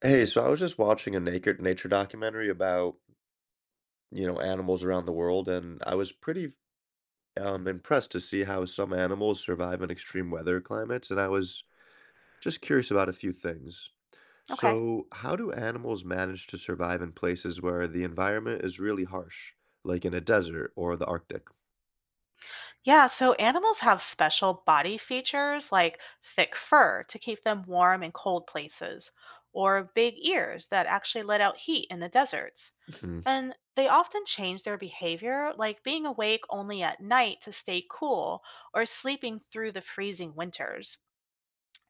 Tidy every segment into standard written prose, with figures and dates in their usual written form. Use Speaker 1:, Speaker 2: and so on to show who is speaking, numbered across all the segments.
Speaker 1: Hey, so I was just watching a nature documentary about, animals around the world, and I was pretty impressed to see how some animals survive in extreme weather climates, and I was just curious about a few things.
Speaker 2: Okay.
Speaker 1: So, how do animals manage to survive in places where the environment is really harsh, like in a desert or the Arctic?
Speaker 2: Yeah, so animals have special body features like thick fur to keep them warm in cold places, or big ears that actually let out heat in the deserts.
Speaker 1: Hmm.
Speaker 2: And they often change their behavior, like being awake only at night to stay cool or sleeping through the freezing winters.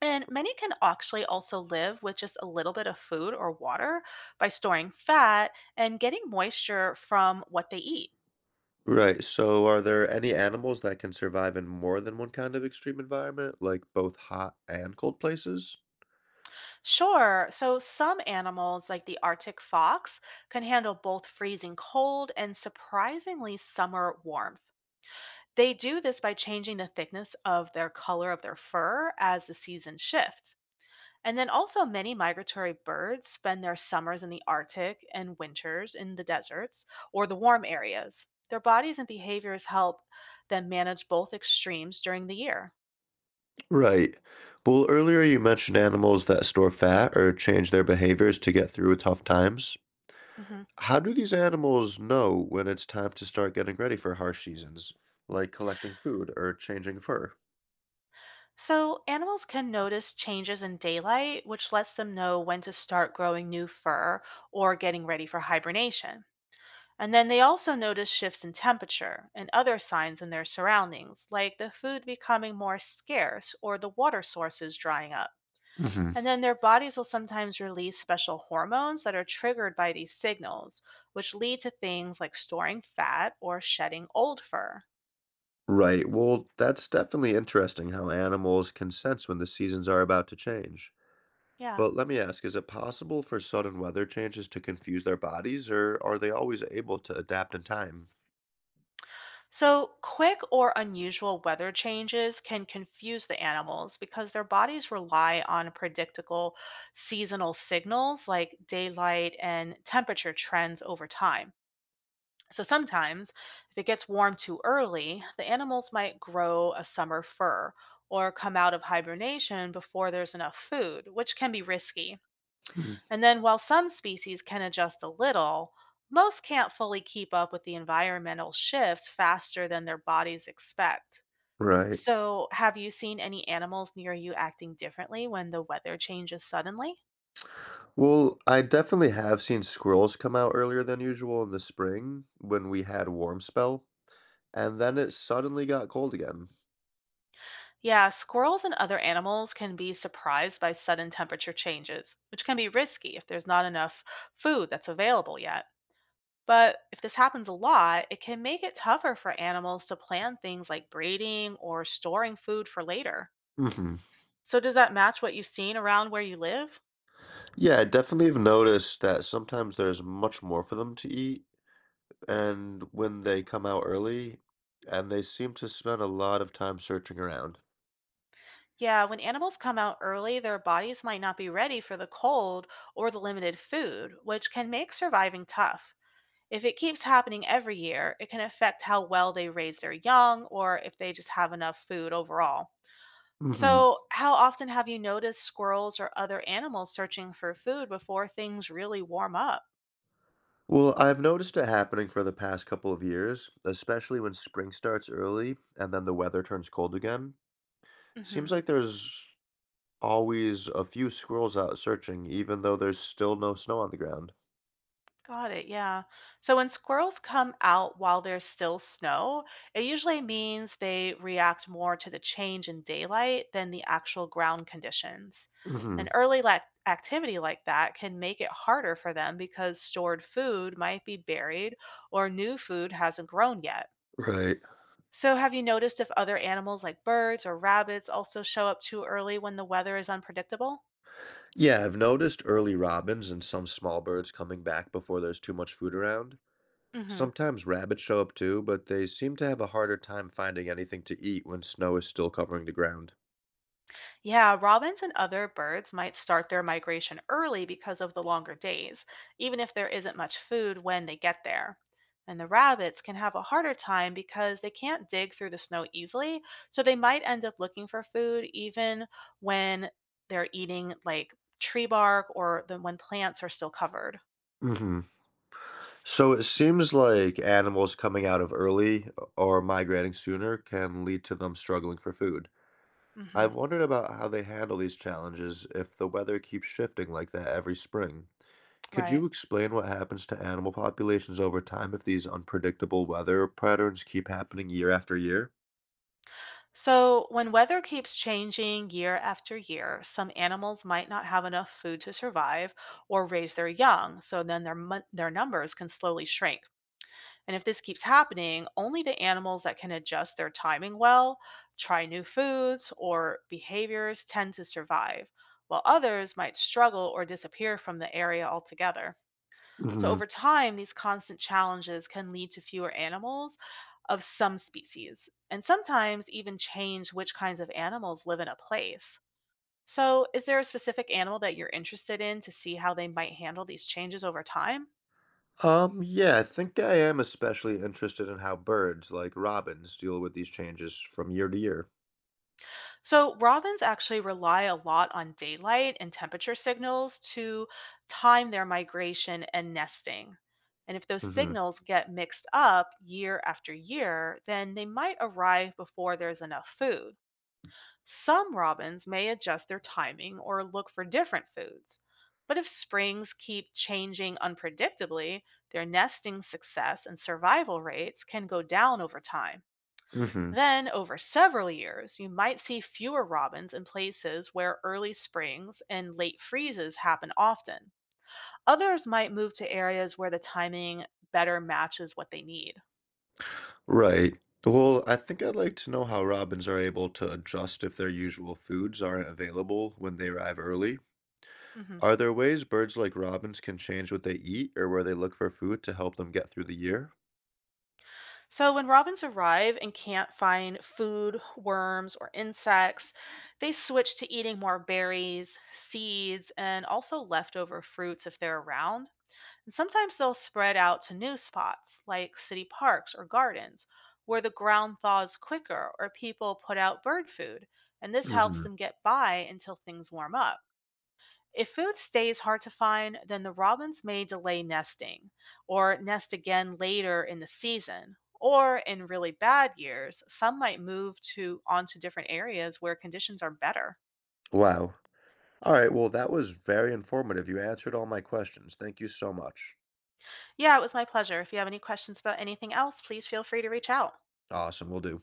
Speaker 2: And many can actually also live with just a little bit of food or water by storing fat and getting moisture from what they eat.
Speaker 1: Right, so are there any animals that can survive in more than one kind of extreme environment, like both hot and cold places?
Speaker 2: Sure. So some animals, like the Arctic fox, can handle both freezing cold and surprisingly summer warmth. They do this by changing the thickness of their color of their fur as the season shifts. And then also, many migratory birds spend their summers in the Arctic and winters in the deserts or the warm areas. Their bodies and behaviors help them manage both extremes during the year.
Speaker 1: Right. Well, earlier you mentioned animals that store fat or change their behaviors to get through tough times.
Speaker 2: Mhm.
Speaker 1: How do these animals know when it's time to start getting ready for harsh seasons, like collecting food or changing fur?
Speaker 2: So, animals can notice changes in daylight, which lets them know when to start growing new fur or getting ready for hibernation. And then they also notice shifts in temperature and other signs in their surroundings, like the food becoming more scarce or the water sources drying up.
Speaker 1: Hmm.
Speaker 2: And then their bodies will sometimes release special hormones that are triggered by these signals, which lead to things like storing fat or shedding old fur.
Speaker 1: Right. Well, that's definitely interesting how animals can sense when the seasons are about to change.
Speaker 2: Yeah.
Speaker 1: But let me ask, is it possible for sudden weather changes to confuse their bodies, or are they always able to adapt in time?
Speaker 2: So, quick or unusual weather changes can confuse the animals because their bodies rely on predictable seasonal signals like daylight and temperature trends over time. So, sometimes if it gets warm too early, the animals might grow a summer fur or come out of hibernation before there's enough food, which can be risky.
Speaker 1: Hmm.
Speaker 2: And then while some species can adjust a little, most can't fully keep up with the environmental shifts faster than their bodies expect.
Speaker 1: Right.
Speaker 2: So, have you seen any animals near you acting differently when the weather changes suddenly?
Speaker 1: Well, I definitely have seen squirrels come out earlier than usual in the spring when we had a warm spell, and then it suddenly got cold again.
Speaker 2: Yeah, squirrels and other animals can be surprised by sudden temperature changes, which can be risky if there's not enough food that's available yet. But if this happens a lot, it can make it tougher for animals to plan things like breeding or storing food for later.
Speaker 1: Hmm.
Speaker 2: So does that match what you've seen around where you live?
Speaker 1: Yeah, I definitely have noticed that sometimes there's much more for them to eat, and when they come out early, and they seem to spend a lot of time searching around.
Speaker 2: Yeah, when animals come out early, their bodies might not be ready for the cold or the limited food, which can make surviving tough. If it keeps happening every year, it can affect how well they raise their young or if they just have enough food overall.
Speaker 1: Hmm.
Speaker 2: So, how often have you noticed squirrels or other animals searching for food before things really warm up?
Speaker 1: Well, I've noticed it happening for the past couple of years, especially when spring starts early and then the weather turns cold again. Seems
Speaker 2: hmm
Speaker 1: like there's always a few squirrels out searching, even though there's still no snow on the ground.
Speaker 2: Got it. Yeah. So when squirrels come out while there's still snow, it usually means they react more to the change in daylight than the actual ground conditions.
Speaker 1: Mhm,
Speaker 2: An early lac activity like that can make it harder for them because stored food might be buried or new food hasn't grown yet.
Speaker 1: right.
Speaker 2: So, have you noticed if other animals like birds or rabbits also show up too early when the weather is unpredictable?
Speaker 1: Yeah, I've noticed early robins and some small birds coming back before there's too much food around.
Speaker 2: Mm hmm.
Speaker 1: Sometimes rabbits show up too, but they seem to have a harder time finding anything to eat when snow is still covering the ground.
Speaker 2: Yeah, robins and other birds might start their migration early because of the longer days, even if there isn't much food when they get there. And the rabbits can have a harder time because they can't dig through the snow easily, so they might end up looking for food even when they're eating like tree bark when plants are still covered.
Speaker 1: Hmm. So it seems like animals coming out of early or migrating sooner can lead to them struggling for food. I've
Speaker 2: hmm
Speaker 1: wondered about how they handle these challenges if the weather keeps shifting like that every spring. Could
Speaker 2: right.
Speaker 1: you explain what happens to animal populations over time if these unpredictable weather patterns keep happening year after year?
Speaker 2: So, when weather keeps changing year after year, some animals might not have enough food to survive or raise their young, so then their numbers can slowly shrink. And if this keeps happening, only the animals that can adjust their timing well, try new foods or behaviors tend to survive, while others might struggle or disappear from the area altogether. So
Speaker 1: Hmm.
Speaker 2: over time, these constant challenges can lead to fewer animals of some species, and sometimes even change which kinds of animals live in a place. So, is there a specific animal that you're interested in to see how they might handle these changes over time?
Speaker 1: Yeah, I think I am especially interested in how birds, like robins, deal with these changes from year to year.
Speaker 2: So, robins actually rely a lot on daylight and temperature signals to time their migration and nesting. And if those
Speaker 1: Hmm.
Speaker 2: signals get mixed up year after year, then they might arrive before there's enough food. Some robins may adjust their timing or look for different foods, but if springs keep changing unpredictably, their nesting success and survival rates can go down over time.
Speaker 1: Hmm.
Speaker 2: Then, over several years, you might see fewer robins in places where early springs and late freezes happen often. Others might move to areas where the timing better matches what they need.
Speaker 1: Right. Well, I think I'd like to know how robins are able to adjust if their usual foods aren't available when they arrive early.
Speaker 2: Mhm.
Speaker 1: Are there ways birds like robins can change what they eat or where they look for food to help them get through the year?
Speaker 2: So, when robins arrive and can't find food, worms, or insects, they switch to eating more berries, seeds, and also leftover fruits if they're around. And sometimes they'll spread out to new spots like city parks or gardens where the ground thaws quicker or people put out bird food. And this helps
Speaker 1: Hmm.
Speaker 2: them get by until things warm up. If food stays hard to find, then the robins may delay nesting or nest again later in the season. Or in really bad years, some might move to onto different areas where conditions are better.
Speaker 1: Wow. All right, well, that was very informative. You answered all my questions. Thank you so much.
Speaker 2: Yeah, it was my pleasure. If you have any questions about anything else, please feel free to reach out.
Speaker 1: Awesome, will do.